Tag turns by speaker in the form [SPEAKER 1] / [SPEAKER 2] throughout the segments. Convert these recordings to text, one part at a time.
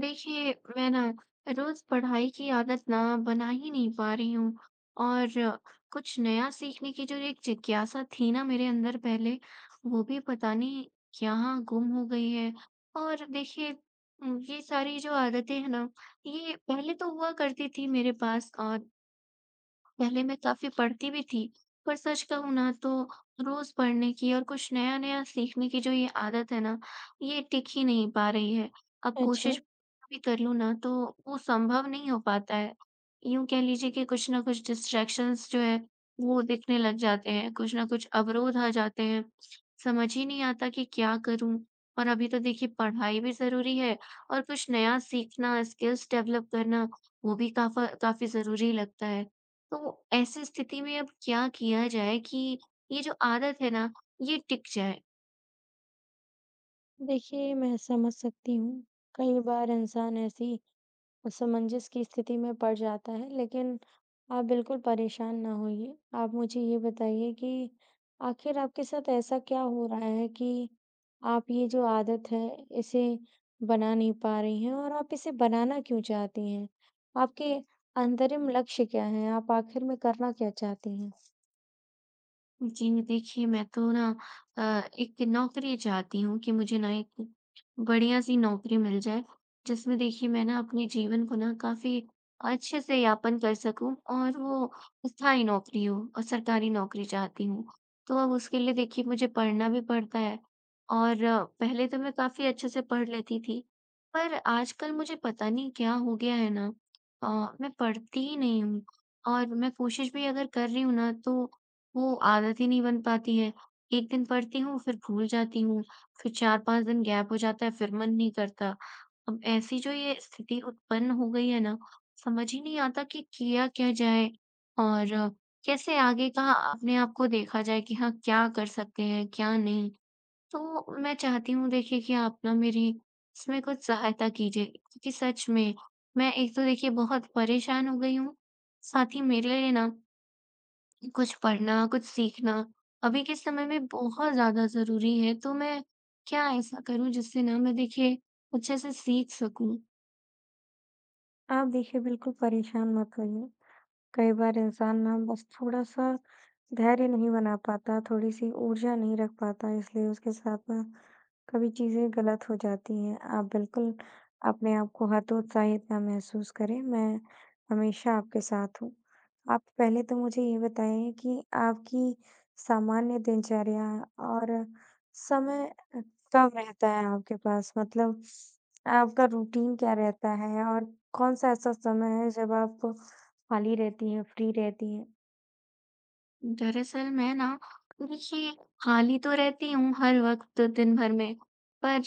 [SPEAKER 1] देखिए, मैं ना रोज़ पढ़ाई की आदत ना बना ही नहीं पा रही हूँ। और कुछ नया सीखने की जो एक जिज्ञासा थी ना मेरे अंदर पहले, वो भी पता नहीं यहाँ गुम हो गई है। और देखिए, ये सारी जो आदतें हैं ना, ये पहले तो हुआ करती थी मेरे पास। और पहले मैं काफ़ी पढ़ती भी थी, पर सच कहूँ ना तो रोज़ पढ़ने की और कुछ नया-नया सीखने की जो ये आदत है ना, ये टिक ही नहीं पा रही है। अब
[SPEAKER 2] अच्छा,
[SPEAKER 1] कोशिश भी कर लूँ ना तो वो संभव नहीं हो पाता है। यूँ कह लीजिए कि कुछ ना कुछ डिस्ट्रैक्शंस जो है, वो दिखने लग जाते हैं, कुछ ना कुछ अवरोध आ जाते हैं। समझ ही नहीं आता कि क्या करूँ? और अभी तो देखिए पढ़ाई भी ज़रूरी है, और कुछ नया सीखना, स्किल्स डेवलप करना, वो भी काफ़ा काफ़ी ज़रूरी लगता है। तो ऐसी स्थिति में अब क्या किया जाए कि ये जो आदत है ना, ये टिक जाए?
[SPEAKER 2] देखिए मैं समझ सकती हूँ। कई बार इंसान ऐसी असमंजस की स्थिति में पड़ जाता है, लेकिन आप बिल्कुल परेशान ना होइए। आप मुझे ये बताइए कि आखिर आपके साथ ऐसा क्या हो रहा है कि आप ये जो आदत है, इसे बना नहीं पा रही हैं और आप इसे बनाना क्यों चाहती हैं? आपके अंतरिम लक्ष्य क्या हैं? आप आखिर में करना क्या चाहती हैं?
[SPEAKER 1] जी, देखिए मैं तो ना अ, एक नौकरी चाहती हूँ कि मुझे ना एक बढ़िया-सी नौकरी मिल जाए, जिसमें देखिए मैं ना अपने जीवन को ना काफ़ी अच्छे से यापन कर सकूँ, और वो स्थायी नौकरी हो, और सरकारी नौकरी चाहती हूँ। तो अब उसके लिए देखिए मुझे पढ़ना भी पड़ता है। और पहले तो मैं काफ़ी अच्छे से पढ़ लेती थी, पर आजकल मुझे पता नहीं क्या हो गया है ना, मैं पढ़ती ही नहीं हूँ। और मैं कोशिश भी अगर कर रही हूँ ना तो वो आदत ही नहीं बन पाती है। एक दिन पढ़ती हूँ, फिर भूल जाती हूँ, फिर 4-5 दिन गैप हो जाता है, फिर मन नहीं करता। अब ऐसी जो ये स्थिति उत्पन्न हो गई है ना, समझ ही नहीं आता कि किया क्या जाए, और कैसे आगे का अपने आप को देखा जाए कि हाँ, क्या कर सकते हैं, क्या नहीं। तो मैं चाहती हूँ देखिए कि आप ना मेरी इसमें कुछ सहायता कीजिए, क्योंकि सच में मैं एक तो देखिए बहुत परेशान हो गई हूँ, साथ ही मेरे लिए ना कुछ पढ़ना, कुछ सीखना अभी के समय में बहुत ज़्यादा ज़रूरी है, तो मैं क्या ऐसा करूँ जिससे ना मैं देखिए अच्छे से सीख सकूँ?
[SPEAKER 2] आप देखिए बिल्कुल परेशान मत होइए। कई बार इंसान ना बस थोड़ा-सा धैर्य नहीं बना पाता, थोड़ी-सी ऊर्जा नहीं रख पाता, इसलिए उसके साथ ना कभी चीज़ें गलत हो जाती हैं। आप बिल्कुल अपने आप को हतोत्साहित ना महसूस करें, मैं हमेशा आपके साथ हूँ। आप पहले तो मुझे ये बताएँ कि आपकी सामान्य दिनचर्या और समय अ, कब रहता है आपके पास? मतलब आपका रूटीन क्या रहता है और कौन-सा ऐसा समय है जब आप खाली रहती हैं, फ्री रहती हैं?
[SPEAKER 1] दरअसल मैं ना, देखिए, खाली तो रहती हूँ हर वक़्त दिन भर में, पर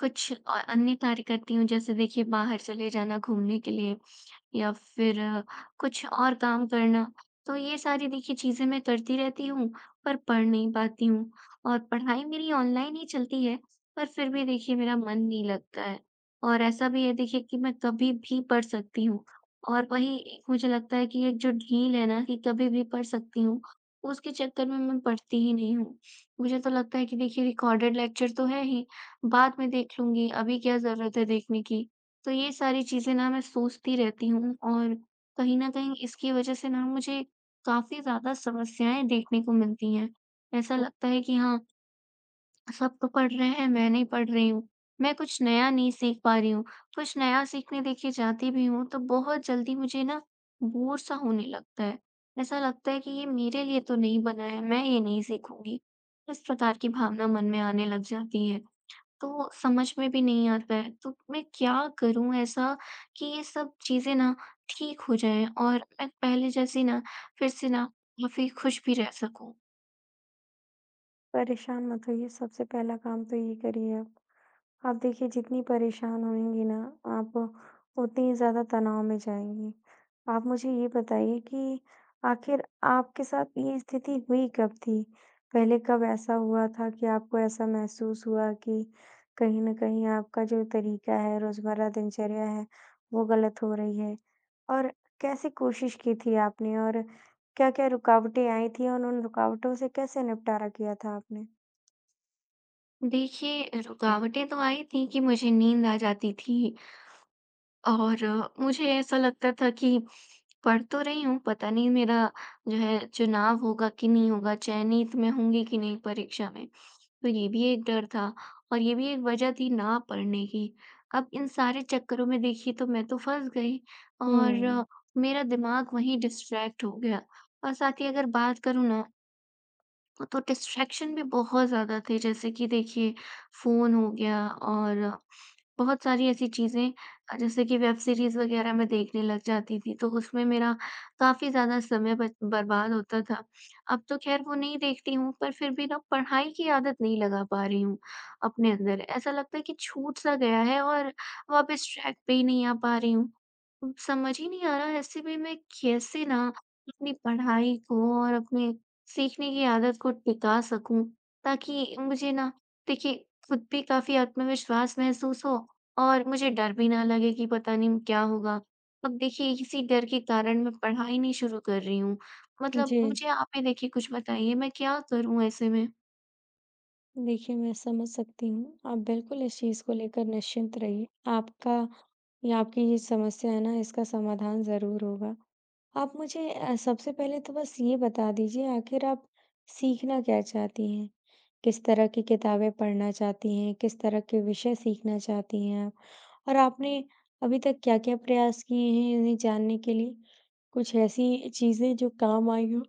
[SPEAKER 1] कुछ अन्य कार्य करती हूँ, जैसे देखिए बाहर चले जाना घूमने के लिए। या फिर कुछ और काम करना। तो ये सारी देखिए चीज़ें मैं करती रहती हूँ, पर पढ़ नहीं पाती हूँ, और पढ़ाई मेरी ऑनलाइन ही चलती है, पर फिर भी देखिए मेरा मन नहीं लगता है। और ऐसा भी है देखिए कि मैं कभी भी पढ़ सकती हूँ, और वही एक मुझे लगता है कि एक जो ढील है ना कि कभी भी पढ़ सकती हूँ, उसके चक्कर में मैं पढ़ती ही नहीं हूँ। मुझे तो लगता है कि देखिए रिकॉर्डेड लेक्चर तो है ही, बाद में देख लूँगी, अभी क्या ज़रूरत है देखने की। तो ये सारी चीज़ें ना मैं सोचती रहती हूँ, और कहीं न कहीं इसकी वज़ह से ना मुझे काफ़ी ज़्यादा समस्याएँ देखने को मिलती हैं। ऐसा लगता है कि हाँ, सब तो पढ़ रहे हैं, मैं नहीं पढ़ रही हूँ। मैं कुछ नया नहीं सीख पा रही हूँ। कुछ नया सीखने देखिए जाती भी हूँ तो बहुत जल्दी मुझे ना बोर-सा होने लगता है। ऐसा लगता है कि ये मेरे लिए तो नहीं बना है, मैं ये नहीं सीखूँगी। इस प्रकार की भावना मन में आने लग जाती है। तो समझ में भी नहीं आता है, तो मैं क्या करूँ ऐसा कि ये सब चीज़ें ना ठीक हो जाएँ, और मैं पहले जैसी ना फिर से ना काफ़ी खुश भी रह सकूँ।
[SPEAKER 2] परेशान मत होइए, सबसे पहला काम तो ये करिए आप। आप देखिए जितनी परेशान होएँगी ना आप, उतनी ही ज़्यादा तनाव में जाएँगी। आप मुझे ये बताइए कि आखिर आपके साथ ये स्थिति हुई कब थी? पहले कब ऐसा हुआ था कि आपको ऐसा महसूस हुआ कि कहीं न कहीं आपका जो तरीका है, रोज़मर्रा दिनचर्या है, वो गलत हो रही है? और कैसे कोशिश की थी आपने और क्या-क्या रुकावटें आई थी और उन रुकावटों से कैसे निपटारा किया था आपने?
[SPEAKER 1] देखिए, रुकावटें तो आई थी कि मुझे नींद आ जाती थी, और मुझे ऐसा लगता था कि पढ़ तो रही हूँ, पता नहीं मेरा जो है चुनाव होगा कि नहीं होगा, चयनित मैं होंगी कि नहीं परीक्षा में। तो ये भी एक डर था, और ये भी एक वजह थी ना पढ़ने की। अब इन सारे चक्करों में देखिए तो मैं तो फँस गई, और
[SPEAKER 2] हुँ,
[SPEAKER 1] मेरा दिमाग वहीं डिस्ट्रैक्ट हो गया, और साथ ही अगर बात करूँ ना तो डिस्ट्रैक्शन भी बहुत ज़्यादा थे, जैसे कि देखिए फ़ोन हो गया, और बहुत सारी ऐसी चीज़ें जैसे कि वेब सीरीज़ वग़ैरह मैं देखने लग जाती थी, तो उसमें मेरा काफ़ी ज़्यादा समय बच बर्बाद होता था। अब तो ख़ैर वो नहीं देखती हूँ, पर फिर भी ना पढ़ाई की आदत नहीं लगा पा रही हूँ अपने अंदर। ऐसा लगता है कि छूट-सा गया है, और वापस ट्रैक पे ही नहीं आ पा रही हूँ। समझ ही नहीं आ रहा ऐसे में मैं कैसे ना अपनी पढ़ाई को और अपने सीखने की आदत को टिका सकूँ, ताकि मुझे ना देखिए खुद भी काफ़ी आत्मविश्वास महसूस हो, और मुझे डर भी ना लगे कि पता नहीं क्या होगा। अब देखिए इसी डर के कारण मैं पढ़ाई नहीं शुरू कर रही हूँ। मतलब
[SPEAKER 2] जी।
[SPEAKER 1] मुझे आप ही देखिए कुछ बताइए, मैं क्या करूँ ऐसे में?
[SPEAKER 2] देखिए, मैं समझ सकती हूँ। आप बिल्कुल इस चीज़ को लेकर निश्चिंत रहिए। आपका या आपकी ये समस्या है ना, इसका समाधान ज़रूर होगा। आप मुझे सबसे पहले तो बस ये बता दीजिए, आखिर आप सीखना क्या चाहती हैं? किस तरह की किताबें पढ़ना चाहती हैं? किस तरह के विषय सीखना चाहती हैं आप? और आपने अभी तक क्या-क्या प्रयास किए हैं इन्हें जानने के लिए? कुछ ऐसी चीज़ें जो काम आई हों?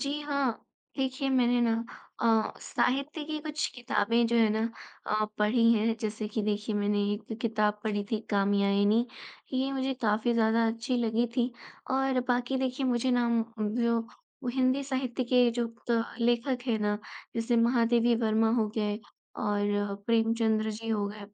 [SPEAKER 1] जी हाँ। देखिए मैंने ना साहित्य की कुछ किताबें जो है ना पढ़ी हैं। जैसे कि देखिए मैंने एक किताब पढ़ी थी, कात्यायनी। ये मुझे काफ़ी ज़्यादा अच्छी लगी थी। और बाकी देखिए मुझे ना जो वो हिंदी साहित्य के जो त लेखक हैं ना, जैसे महादेवी वर्मा हो गए, और प्रेमचंद्र जी हो गए,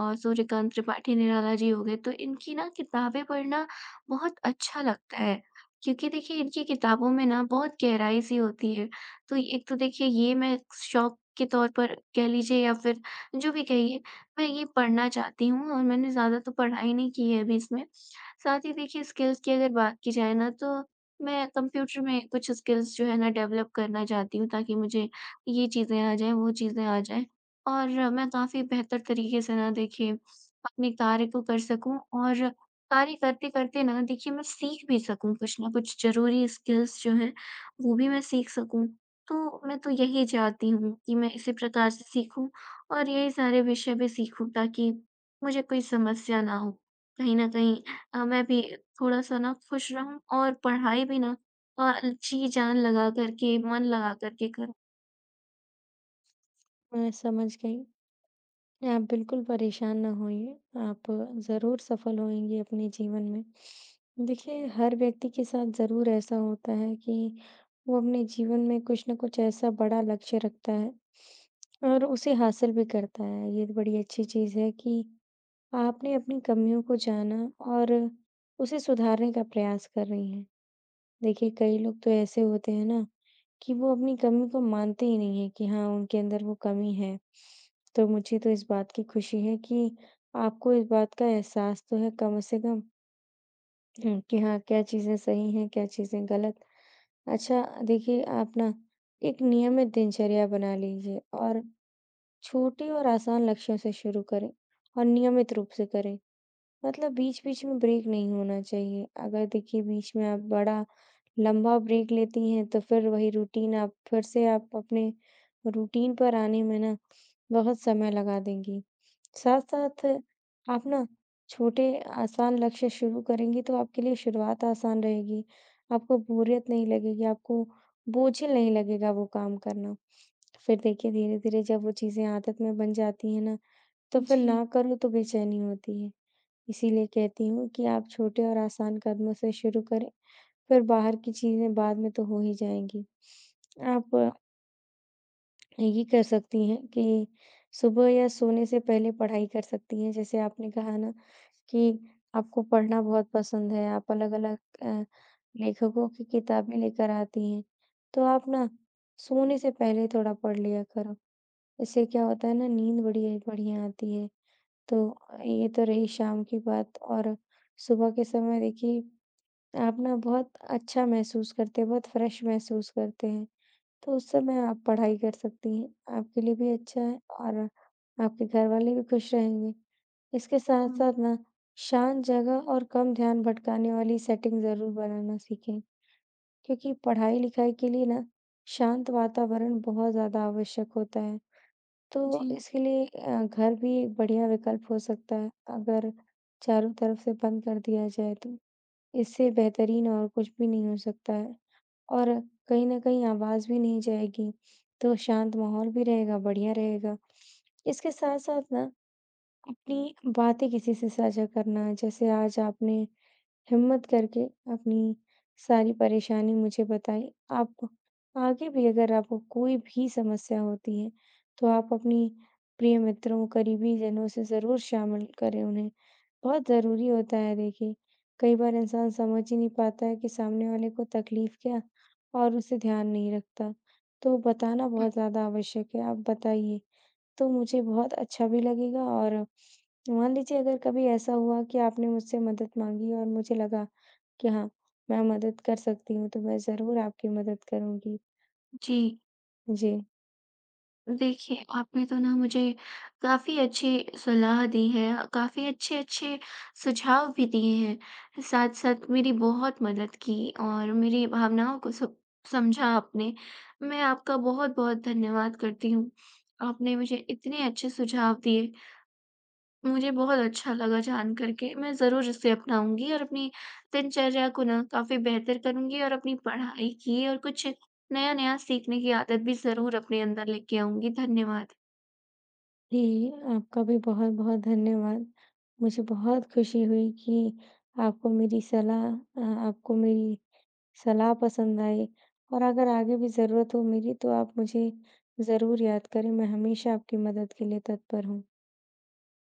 [SPEAKER 1] और सूर्यकांत त्रिपाठी निराला जी हो गए। तो इनकी ना किताबें पढ़ना बहुत अच्छा लगता है। क्योंकि देखिए इनकी किताबों में ना बहुत गहराई सी होती है। तो एक तो देखिए ये मैं शौक के तौर पर कह लीजिए या फिर जो भी कहिए, मैं ये पढ़ना चाहती हूँ, और मैंने ज़्यादा तो पढ़ाई नहीं की है अभी इसमें। साथ ही देखिए स्किल्स की अगर बात की जाए ना, तो मैं कंप्यूटर में कुछ स्किल्स जो है ना डेवलप करना चाहती हूँ, ताकि मुझे ये चीज़ें आ जाएँ, वो चीज़ें आ जाएँ, और मैं काफ़ी बेहतर तरीके से ना देखिए अपने कार्य को कर सकूँ, और कार्य करते-करते ना देखिए मैं सीख भी सकूँ कुछ ना कुछ ज़रूरी स्किल्स जो हैं, वो भी मैं सीख सकूँ। तो मैं तो यही चाहती हूँ कि मैं इसी प्रकार से सीखूँ, और यही सारे विषय भी सीखूँ, ताकि मुझे कोई समस्या ना हो। कहीं न कहीं मैं भी थोड़ा-सा ना खुश रहूँ, और पढ़ाई भी ना जी जान लगा कर के, मन लगा कर के करूँ।
[SPEAKER 2] मैं समझ गई। आप बिल्कुल परेशान ना होइए, आप ज़रूर सफल होंगी अपने जीवन में। देखिए, हर व्यक्ति के साथ ज़रूर ऐसा होता है कि वो अपने जीवन में कुछ न कुछ ऐसा बड़ा लक्ष्य रखता है और उसे हासिल भी करता है। ये बड़ी अच्छी चीज़ है कि आपने अपनी कमियों को जाना और उसे सुधारने का प्रयास कर रही हैं। देखिए, कई लोग तो ऐसे होते हैं ना कि वो अपनी कमी को मानते ही नहीं है कि हाँ, उनके अंदर वो कमी है। तो मुझे तो इस बात की खुशी है कि आपको इस बात का एहसास तो है कम से कम हुँ, कि हाँ, क्या चीज़ें सही हैं, क्या चीज़ें गलत। अच्छा देखिए, आप ना एक नियमित दिनचर्या बना लीजिए और छोटे और आसान लक्ष्यों से शुरू करें और नियमित रूप से करें। मतलब बीच-बीच में ब्रेक नहीं होना चाहिए। अगर देखिए बीच में आप बड़ा लंबा ब्रेक लेती हैं तो फिर वही रूटीन आप फिर से आप अपने रूटीन पर आने में ना बहुत समय लगा देंगी। साथ-साथ आप ना छोटे आसान लक्ष्य शुरू करेंगी तो आपके लिए शुरुआत आसान रहेगी। आपको बोरियत नहीं लगेगी, आपको बोझिल नहीं लगेगा वो काम करना। फिर देखिए धीरे-धीरे जब वो चीज़ें आदत में बन जाती हैं ना, तो फिर
[SPEAKER 1] जी।
[SPEAKER 2] ना करो तो बेचैनी होती है। इसीलिए कहती हूँ कि आप छोटे और आसान कदमों से शुरू करें फिर बाहर की चीज़ें बाद में तो हो ही जाएँगी। आप ये कर सकती हैं कि सुबह या सोने से पहले पढ़ाई कर सकती हैं। जैसे आपने कहा ना कि आपको पढ़ना बहुत पसंद है, आप अलग-अलग लेखकों की किताबें लेकर आती हैं, तो आप ना सोने से पहले थोड़ा पढ़ लिया करो। इससे क्या होता है ना नींद बड़ी बढ़िया आती है। तो ये तो रही शाम की बात और सुबह के समय देखिए आप ना बहुत अच्छा महसूस करते हैं, बहुत फ्रेश महसूस करते हैं। तो उस समय आप पढ़ाई कर सकती हैं, आपके लिए भी अच्छा है और आपके घरवाले भी खुश रहेंगे। इसके
[SPEAKER 1] हुँ,
[SPEAKER 2] साथ-साथ ना शांत जगह और कम ध्यान भटकाने वाली सेटिंग ज़रूर बनाना सीखें, क्योंकि पढ़ाई-लिखाई के लिए ना शांत वातावरण बहुत ज़्यादा आवश्यक होता है। तो
[SPEAKER 1] जी।
[SPEAKER 2] इसके लिए घर भी एक बढ़िया विकल्प हो सकता है, अगर चारों तरफ से बंद कर दिया जाए तो। इससे बेहतरीन और कुछ भी नहीं हो सकता है और कहीं न कहीं आवाज़ भी नहीं जाएगी, तो शांत माहौल भी रहेगा, बढ़िया रहेगा। इसके साथ-साथ ना अपनी बातें किसी से साझा करना, जैसे आज आपने हिम्मत करके अपनी सारी परेशानी मुझे बताई। आप आगे भी अगर आपको कोई भी समस्या होती है, तो आप अपनी प्रिय मित्रों, करीबी जनों से ज़रूर शामिल करें उन्हें। बहुत ज़रूरी होता है देखिए, कई बार इंसान समझ ही नहीं पाता है कि सामने वाले को तकलीफ़ क्या और उसे ध्यान नहीं रखता। तो बताना
[SPEAKER 1] हुँ।
[SPEAKER 2] बहुत ज़्यादा आवश्यक है, आप बताइए, तो मुझे बहुत अच्छा भी लगेगा और मान लीजिए अगर कभी ऐसा हुआ कि आपने मुझसे मदद माँगी और मुझे लगा कि हाँ, मैं मदद कर सकती हूँ, तो मैं ज़रूर आपकी मदद करूँगी।
[SPEAKER 1] जी।
[SPEAKER 2] जी,
[SPEAKER 1] देखिए, आपने तो ना मुझे काफ़ी अच्छी सलाह दी है, काफ़ी अच्छे-अच्छे सुझाव भी दिए हैं। साथ-साथ मेरी बहुत मदद की, और मेरी भावनाओं को सब समझा आपने। मैं आपका बहुत-बहुत धन्यवाद करती हूँ। आपने मुझे इतने अच्छे सुझाव दिए, मुझे बहुत अच्छा लगा जान कर के। मैं ज़रूर इसे अपनाऊँगी और अपनी दिनचर्या को ना काफ़ी बेहतर करूँगी, और अपनी पढ़ाई की और कुछ नया-नया सीखने की आदत भी ज़रूर अपने अंदर लेके आऊँगी। धन्यवाद।
[SPEAKER 2] जी, आपका भी बहुत-बहुत धन्यवाद। मुझे बहुत खुशी हुई कि आपको मेरी सलाह आपको मेरी सलाह पसंद आई और अगर आगे भी ज़रूरत हो मेरी, तो आप मुझे ज़रूर याद करें, मैं हमेशा आपकी मदद के लिए तत्पर हूँ।